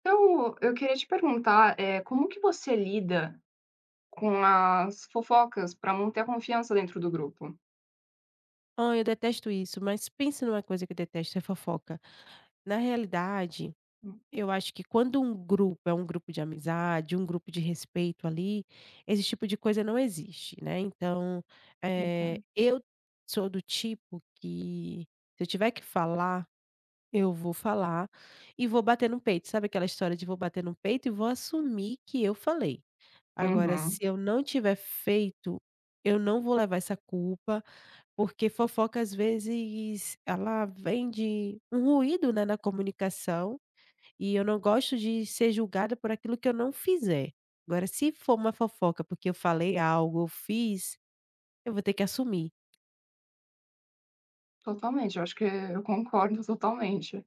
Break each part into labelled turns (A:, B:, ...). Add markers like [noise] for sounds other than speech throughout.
A: Então, eu queria te perguntar, como que você lida com as fofocas para manter a confiança dentro do grupo?
B: Ah, eu detesto isso, mas pense numa coisa que eu detesto, é fofoca. Na realidade,
A: Hum,
B: eu acho que quando um grupo é um grupo de amizade, um grupo de respeito ali, esse tipo de coisa não existe, né. Então,
A: entendo.
B: eu sou do tipo que se eu tiver que falar, eu vou falar e vou bater no peito. Sabe aquela história de vou bater no peito e vou assumir que eu falei. Agora se
A: Uhum.
B: eu não tiver feito, eu não vou levar essa culpa porque fofoca, às vezes, ela vem de um ruído, né, na comunicação, e eu não gosto de ser julgada por aquilo que eu não fizer. Agora, se for uma fofoca porque eu falei algo eu fiz, eu vou ter que assumir.
A: Totalmente, eu acho que eu concordo totalmente.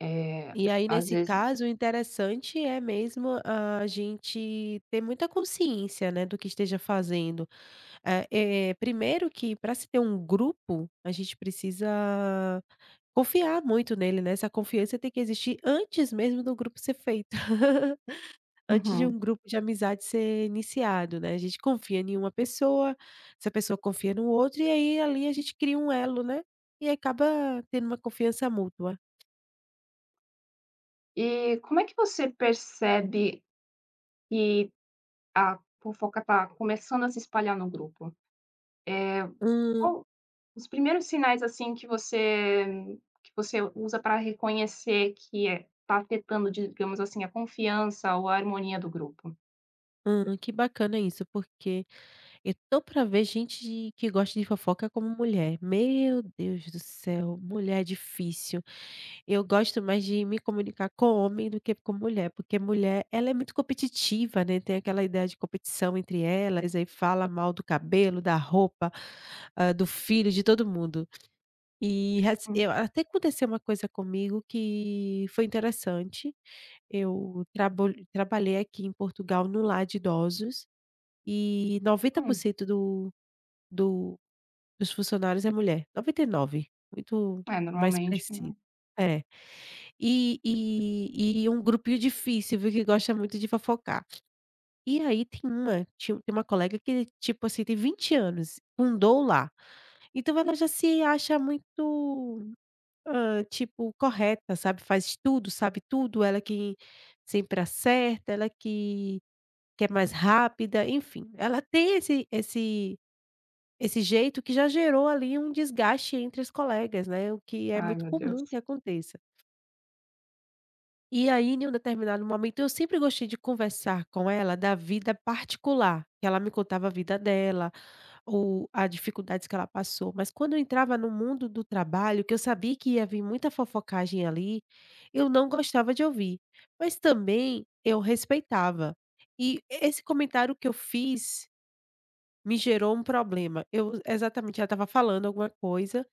A: Eh,
B: E aí,
A: Às
B: nesse
A: vezes
B: caso, o interessante é mesmo a gente ter muita consciência, né, do que esteja fazendo. Ah, primeiro que para se ter um grupo, a gente precisa confiar muito nele, né, essa confiança tem que existir antes mesmo do grupo ser feito. [laughs] Antes de
A: uhum.
B: um grupo de amizade ser iniciado, né, a gente confia em uma pessoa, essa pessoa confia no outro, e aí ali a gente cria um elo, né, e acaba tendo uma confiança mútua.
A: E como é que você percebe que a fofoca está começando a se espalhar no grupo?
B: Hum,
A: Qual os primeiros sinais, assim, que você usa para reconhecer que está afetando, digamos assim, a confiança ou a harmonia do grupo?
B: hum, que bacana isso, porque eu tô pra ver gente de que gosta de fofoca como mulher. Meu Deus do céu, mulher é difícil. Eu gosto mais de me comunicar com homem do que com mulher, porque mulher, ela é muito competitiva, né, tem aquela ideia de competição entre elas, aí fala mal do cabelo, da roupa, do filho, de todo mundo. E rec
A: Uhum.
B: eu até aconteceu uma coisa comigo que foi interessante. Eu trabo trabalhei aqui em Portugal no lar de idosos, e 90% do do dos funcionários é mulher, 99, muito
A: É,
B: mais
A: normalmente,
B: preciso.
A: né.
B: É. E um grupinho difícil, viu, que gosta muito de fofocar. E aí tem uma colega que, tipo assim, tem 20 anos, fundou lá. Então ela já se acha muito, tipo, correta, sabe, faz tudo, sabe tudo, ela que sempre acerta, ela que é mais rápida, enfim, ela tem esse jeito que já gerou ali um desgaste entre as colegas, né, o que é
A: Ai,
B: muito
A: meu Deus,
B: comum que aconteça. E aí em um determinado momento eu sempre gostei de conversar com ela da vida particular, que ela me contava a vida dela, o as dificuldades que ela passou, mas quando eu entrava no mundo do trabalho, que eu sabia que ia vir muita fofocagem ali, eu não gostava de ouvir, mas também eu respeitava. E esse comentário que eu fiz me gerou um problema. Eu exatamente, ela estava falando alguma coisa,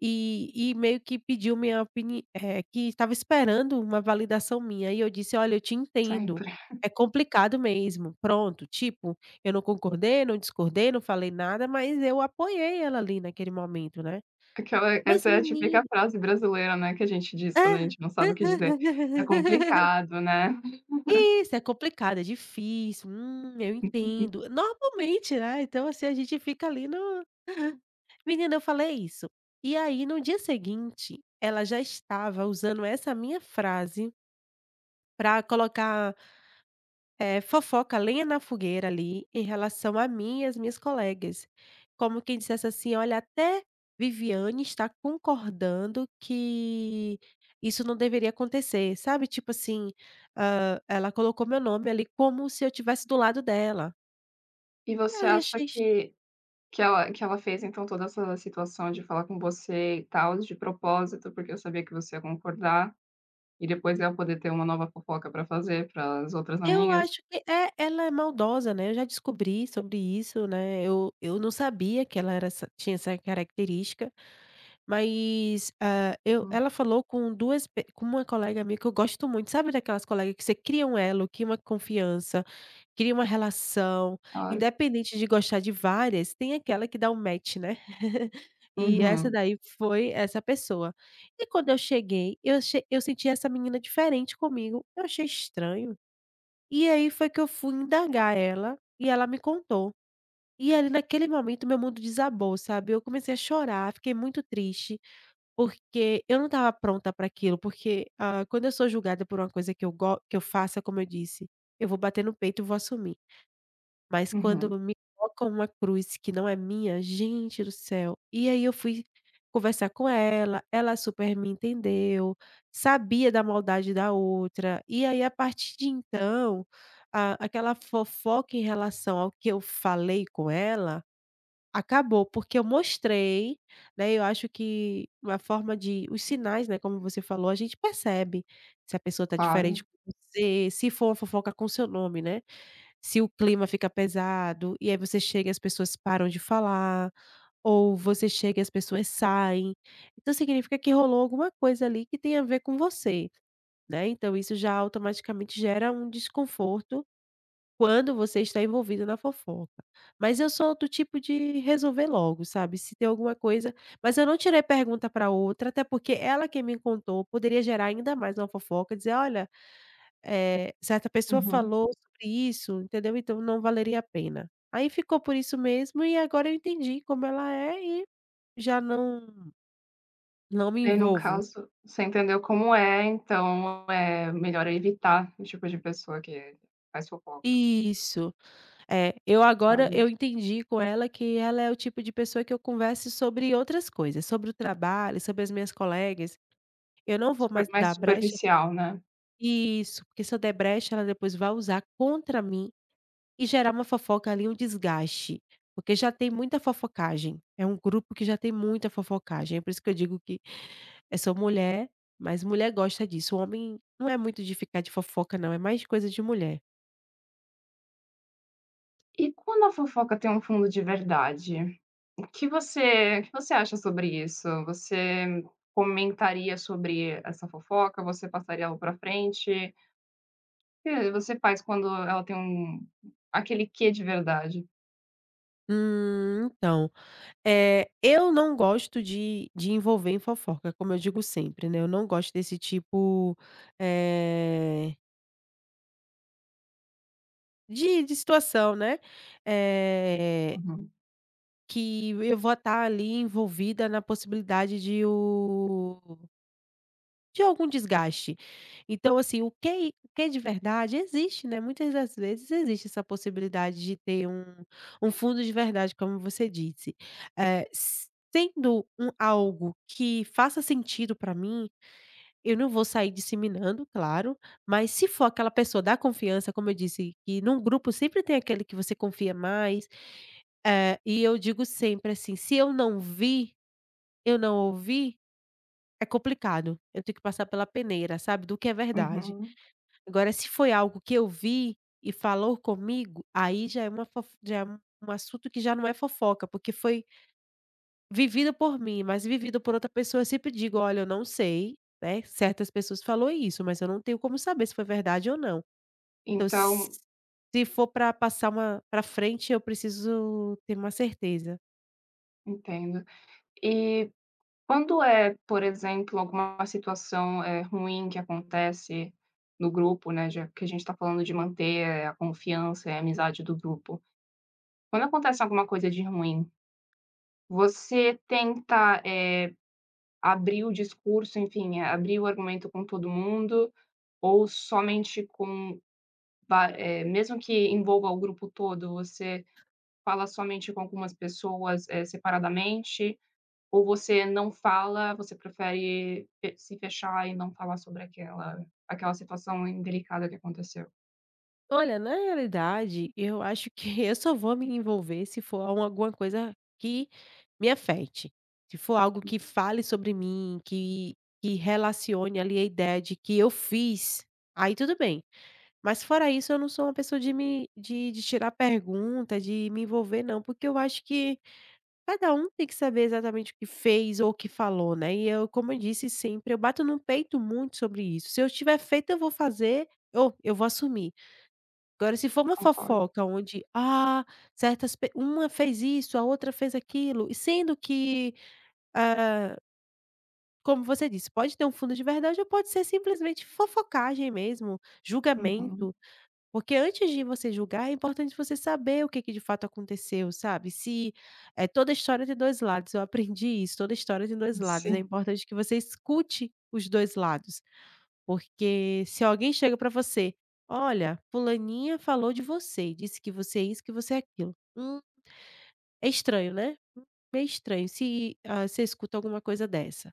B: e meio que pediu minha que estava esperando uma validação minha, e eu disse: "Olha, eu te entendo,
A: sempre. [laughs]
B: é complicado mesmo". Pronto, tipo, eu não concordei, não discordei, não falei nada, mas eu apoiei ela ali naquele momento, né.
A: Aquela
B: Mas
A: essa é a típica
B: menino
A: frase brasileira, né, que a gente diz quando a
B: é.
A: gente não sabe o que dizer. É
B: [laughs]
A: complicado, né.
B: Isso, é complicado, é difícil, eu entendo. Normalmente, né, então assim, a gente fica ali no. Menina, eu falei isso. E aí no dia seguinte, ela já estava usando essa minha frase para colocar, fofoca, lenha na fogueira ali, em relação a mim e as minhas colegas. Como quem dissesse assim: "Olha, até Viviane está concordando que isso não deveria acontecer", sabe, tipo assim, ela colocou meu nome ali como se eu estivesse do lado dela.
A: E
B: E
A: você
B: aí
A: acha
B: achei
A: que que ela fez, então, toda essa situação de falar com você e tal, de propósito, porque eu sabia que você ia concordar, e depois eu ia poder ter uma nova fofoca pra fazer para as outras
B: Eu
A: amigas?
B: acho que é, ela é maldosa, né, eu já descobri sobre isso, né, eu não sabia que ela era essa tinha essa característica, mas, ah, eu
A: Hum,
B: ela falou com 2, pe com uma colega minha que eu gosto muito, sabe daquelas colegas que você cria um elo, cria uma confiança, cria uma relação,
A: claro.
B: independente de gostar de várias, tem aquela que dá um match, né. [laughs] E essa
A: Uhum,
B: daí foi essa pessoa. E quando eu cheguei, eu senti essa menina diferente comigo, eu achei estranho. E aí foi que eu fui indagar ela, e ela me contou. E ali naquele momento meu mundo desabou, sabe, eu comecei a chorar, fiquei muito triste, porque eu não estava pronta para aquilo, porque, ah, quando eu sou julgada por uma coisa que eu go que eu faça, como eu disse, eu vou bater no peito e vou assumir. Mas quando
A: uhum,
B: me colocam uma cruz que não é minha, gente do céu. E aí eu fui conversar com ela, ela super me entendeu, sabia da maldade da outra. E aí a partir de então, a aquela fofoca em relação ao que eu falei com ela, acabou, porque eu mostrei, né, eu acho que uma forma de os sinais, né, como você falou, a gente percebe se a pessoa tá diferente
A: claro.
B: com você, se for uma fofoca com seu nome, né. Se o clima fica pesado, e aí você chega e as pessoas param de falar, ou você chega e as pessoas saem. Então significa que rolou alguma coisa ali que tem a ver com você, né, então isso já automaticamente gera um desconforto quando você está envolvido na fofoca. Mas eu sou do tipo de resolver logo, sabe, se tem alguma coisa mas eu não tirei pergunta para outra, até porque ela quem me contou poderia gerar ainda mais uma fofoca, dizer: "Olha". Certa pessoa
A: Uhum.
B: falou sobre isso, entendeu? Então não valeria a pena. Aí ficou por isso mesmo e agora eu entendi como ela é e já não me
A: Daí no
B: envolvo.
A: caso, você entendeu como é, então é melhor evitar o tipo de pessoa que faz fofoca,
B: Isso. É, eu agora
A: sabe,
B: eu entendi com ela que ela é o tipo de pessoa que eu converso sobre outras coisas, sobre o trabalho, sobre as minhas colegas. Eu não vou
A: super
B: mais
A: mais
B: dar brecha,
A: superficial, né.
B: isso, porque se eu der brecha ela depois vai usar contra mim e gerar uma fofoca ali, um desgaste, porque já tem muita fofocagem, é um grupo que já tem muita fofocagem, é por isso que eu digo que é só mulher, mas mulher gosta disso, o homem não é muito de ficar de fofoca não, é mais coisa de mulher.
A: E quando a fofoca tem um fundo de verdade, o que você acha sobre isso? Você comentaria sobre essa fofoca? Você passaria ela pra frente? O que você faz quando ela tem um aquele quê de verdade?
B: Então, eu não gosto de envolver em fofoca, como eu digo sempre, né, eu não gosto desse tipo, eh, de situação, né. Eh
A: Uhum,
B: Que eu vou estar ali envolvida na possibilidade de o de algum desgaste. Então assim, o que é de verdade existe, né, muitas das vezes existe essa possibilidade de ter um fundo de verdade, como você disse. Eh, s- sendo algo que faça sentido para mim, eu não vou sair disseminando, claro, mas se for aquela pessoa da confiança, como eu disse, que num grupo sempre tem aquele que você confia mais, é, e eu digo sempre assim: "Se eu não vi, eu não ouvi, é complicado, eu tenho que passar pela peneira, sabe, do que é verdade".
A: uhum.
B: Agora se foi algo que eu vi e falou comigo, aí já é um assunto que já não é fofoca, porque foi vivido por mim, mas vivido por outra pessoa eu sempre digo: "Olha, eu não sei, né, certas pessoas falou isso, mas eu não tenho como saber se foi verdade ou não". Então
A: Então,
B: se for pra passar uma pra frente, eu preciso ter uma certeza.
A: entendo. E quando é, por exemplo, alguma situação, ruim que acontece no grupo, né, já que a gente está falando de manter a confiança e a amizade do grupo. Quando acontece alguma coisa de ruim, você tenta, abrir o discurso, enfim, abrir o argumento com todo mundo ou somente com mesmo que envolva o grupo todo, você fala somente com algumas pessoas, separadamente? Ou você não fala, você prefere fe se fechar e não falar sobre aquela situação indelicada que aconteceu?
B: Olha, na realidade, eu acho que [laughs] eu só vou me envolver se for al alguma coisa que me afete. Se for algo que fale sobre mim, que relacione ali a ideia de que eu fiz, aí tudo bem. Mas fora isso, eu não sou uma pessoa de me de tirar pergunta, de me envolver não, porque eu acho que cada um tem que saber exatamente o que fez ou o que falou, né. E eu, como eu disse sempre, eu bato no peito muito sobre isso. Se eu tiver feito, eu vou fazer ou eu vou assumir. Agora se for uma
A: Concordo.
B: fofoca onde, ah, certas pe uma fez isso, a outra fez aquilo, e sendo que, ah, como você disse, pode ter um fundo de verdade ou pode ser simplesmente fofocagem mesmo,
A: Uhum.
B: julgamento, porque antes de você julgar é importante você saber o que que de fato aconteceu, sabe. Se, é toda história tem 2 lados, eu aprendi isso, toda história tem 2 lados, é
A: Sim.
B: importante que você escute os 2 lados. Porque se alguém chega para você: "Olha, fulaninha falou de você e disse que você é isso, que você é aquilo". É estranho, né? Meio estranho se, ah, você escuta alguma coisa dessa.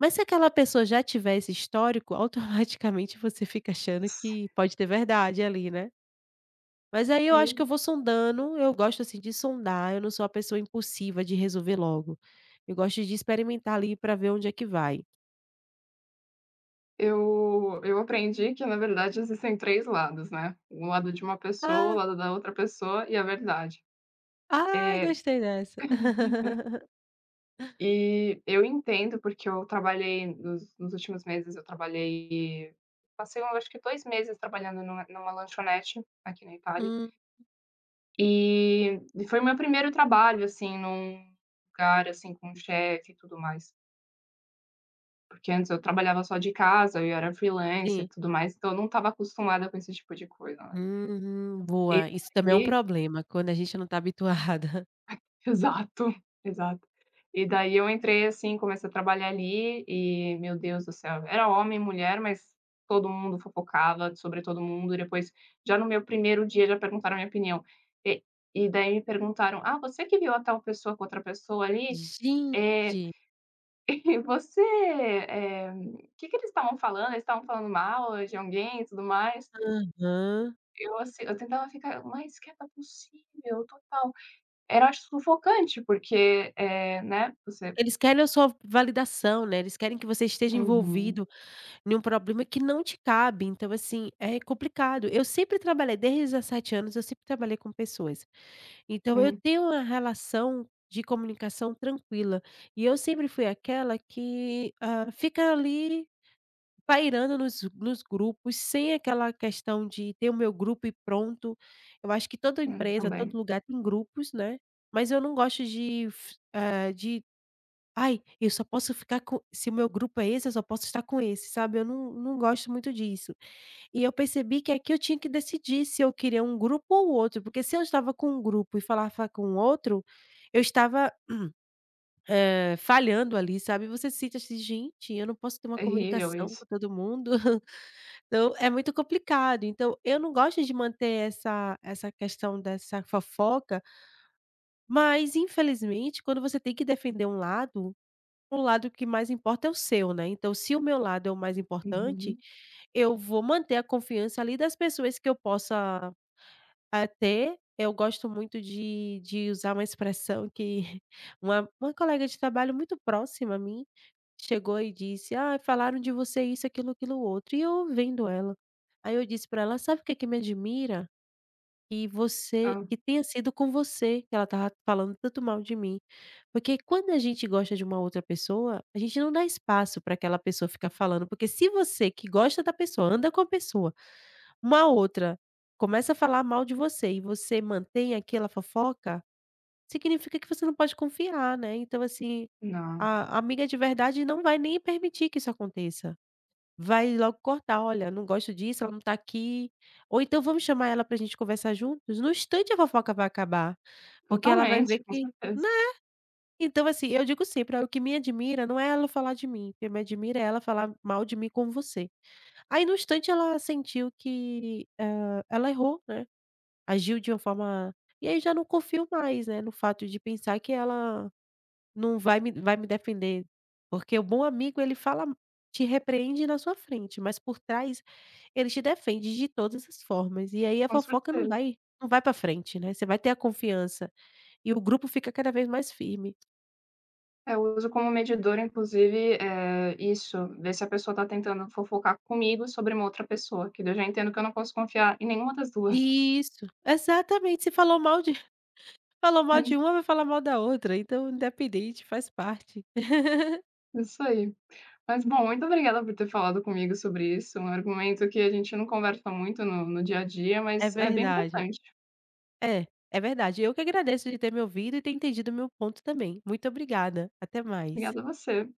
B: Mas se aquela pessoa já tiver esse histórico, [laughs] automaticamente você fica achando que pode ter verdade ali, né? Mas aí eu acho que eu
A: Aí
B: vou sondando, eu gosto, assim, de sondar, eu não sou uma pessoa impulsiva de resolver logo. Eu gosto de experimentar ali para ver onde é que vai.
A: eu aprendi que, na verdade, existem 3 lados, né, o lado de uma pessoa, o
B: Ah,
A: lado da outra pessoa e a verdade.
B: ai,
A: Eh,
B: gostei dessa.
A: [laughs]
B: [laughs]
A: e eu entendo, porque eu trabalhei nos últimos meses, eu trabalhei passei eu acho que 2 meses trabalhando numa lanchonete aqui na Itália.
B: Hum,
A: E foi meu primeiro trabalho, assim, num lugar, assim, com chefe e tudo mais, porque antes eu trabalhava só de casa, eu era freelancer e
B: sim.
A: tudo mais, então eu não estava acostumada com esse tipo de coisa, né.
B: Uhum,
A: E
B: boa. Isso também é um
A: aí
B: problema, quando a gente não tá habituada.
A: [laughs] exato, exato. E daí eu entrei, assim, comecei a trabalhar ali e, meu Deus do céu, era homem e mulher, mas todo mundo fofocava sobre todo mundo e depois, já no meu primeiro dia, já perguntaram a minha opinião. E e daí me perguntaram: "Ah, você que viu a tal pessoa com outra pessoa ali, eh".
B: Gente!
A: E você, que eles estavam falando? Eles estavam falando mal de alguém e tudo mais?
B: Aham.
A: Eu assim, eu tentava ficar o mais quieta possível, total. Era, acho, sufocante, porque, né, você
B: Eles querem a sua validação, né, eles querem que você esteja
A: uhum,
B: envolvido em um problema que não te cabe, então, assim, é complicado. Eu sempre trabalhei desde os 17 anos, eu sempre trabalhei com pessoas, então eu
A: hum,
B: tenho uma relação de comunicação tranquila, e eu sempre fui aquela que, fica ali pairando nos grupos, sem aquela questão de ter o meu grupo e pronto. Eu acho que toda empresa,
A: também.
B: todo lugar tem grupos, né, mas eu não gosto de de: "Ai, eu só posso ficar com se o meu grupo é esse, eu só posso estar com esse", sabe, eu não gosto muito disso. E eu percebi que aqui eu tinha que decidir se eu queria um grupo ou outro, porque se eu estava com um grupo e falava com outro, eu estava, falhando ali, sabe. Você se sente assim: "Gente, eu não posso ter uma
A: Terrível
B: comunicação
A: isso.
B: com todo mundo?". Então, é muito complicado. Então, eu não gosto de manter essa questão dessa fofoca, mas infelizmente quando você tem que defender um lado, o lado que mais importa é o seu, né. Então, se o meu lado é o mais importante,
A: Uhum.
B: eu vou manter a confiança ali das pessoas que eu possa até eu gosto muito de usar uma expressão que [laughs] uma colega de trabalho muito próxima a mim chegou e disse: ah falaram de você isso, aquilo, aquilo, outro", e eu vendo ela. Aí eu disse pra ela: "Sabe o que que me admira? Que você
A: Hã.
B: que tenha sido com você que ela estava falando tanto mal de mim". Porque quando a gente gosta de uma outra pessoa, a gente não dá espaço para aquela pessoa ficar falando, porque se você que gosta da pessoa, anda com a pessoa uma outra começa a falar mal de você e você mantém aquela fofoca, significa que você não pode confiar, né. Então, assim,
A: Não,
B: a amiga de verdade não vai nem permitir que isso aconteça. Vai logo cortar: "Olha, não gosto disso, ela não tá aqui", ou então: "Vamos chamar ela pra gente conversar juntos?". No instante a fofoca vai acabar, porque ela vai
A: totalmente,
B: ver
A: com
B: que né,
A: certeza,
B: então, assim, eu digo sempre: "Olha, o que me admira não é ela falar de mim, o que me admira é ela falar mal de mim com você". Aí no instante ela sentiu que, ela errou, né. Agiu de uma forma e aí eu já não confio mais, né, no fato de pensar que ela não vai me vai me defender, porque o bom amigo ele fala te repreende na sua frente, mas por trás ele te defende de todas as formas, e aí a
A: com
B: fofoca não
A: certeza.
B: vai não vai para frente, né, você vai ter a confiança, e o grupo fica cada vez mais firme.
A: Eu uso como medidor, inclusive, isso, ver se a pessoa tá tentando fofocar comigo sobre uma outra pessoa, que daí eu já entendo que eu não posso confiar em nenhuma das duas.
B: Isso, exatamente, se falou mal de [laughs] falou mal de uma, vai falar mal da outra, então independente, faz parte. [laughs]
A: Isso aí. Mas bom, muito obrigada por ter falado comigo sobre isso. É um argumento que a gente não conversa muito no dia a dia,
B: É
A: mas é bem
B: verdade.
A: importante.
B: É, é verdade. Eu que agradeço de ter me ouvido e ter entendido o meu ponto também. Muito obrigada. Até mais.
A: Obrigada a você.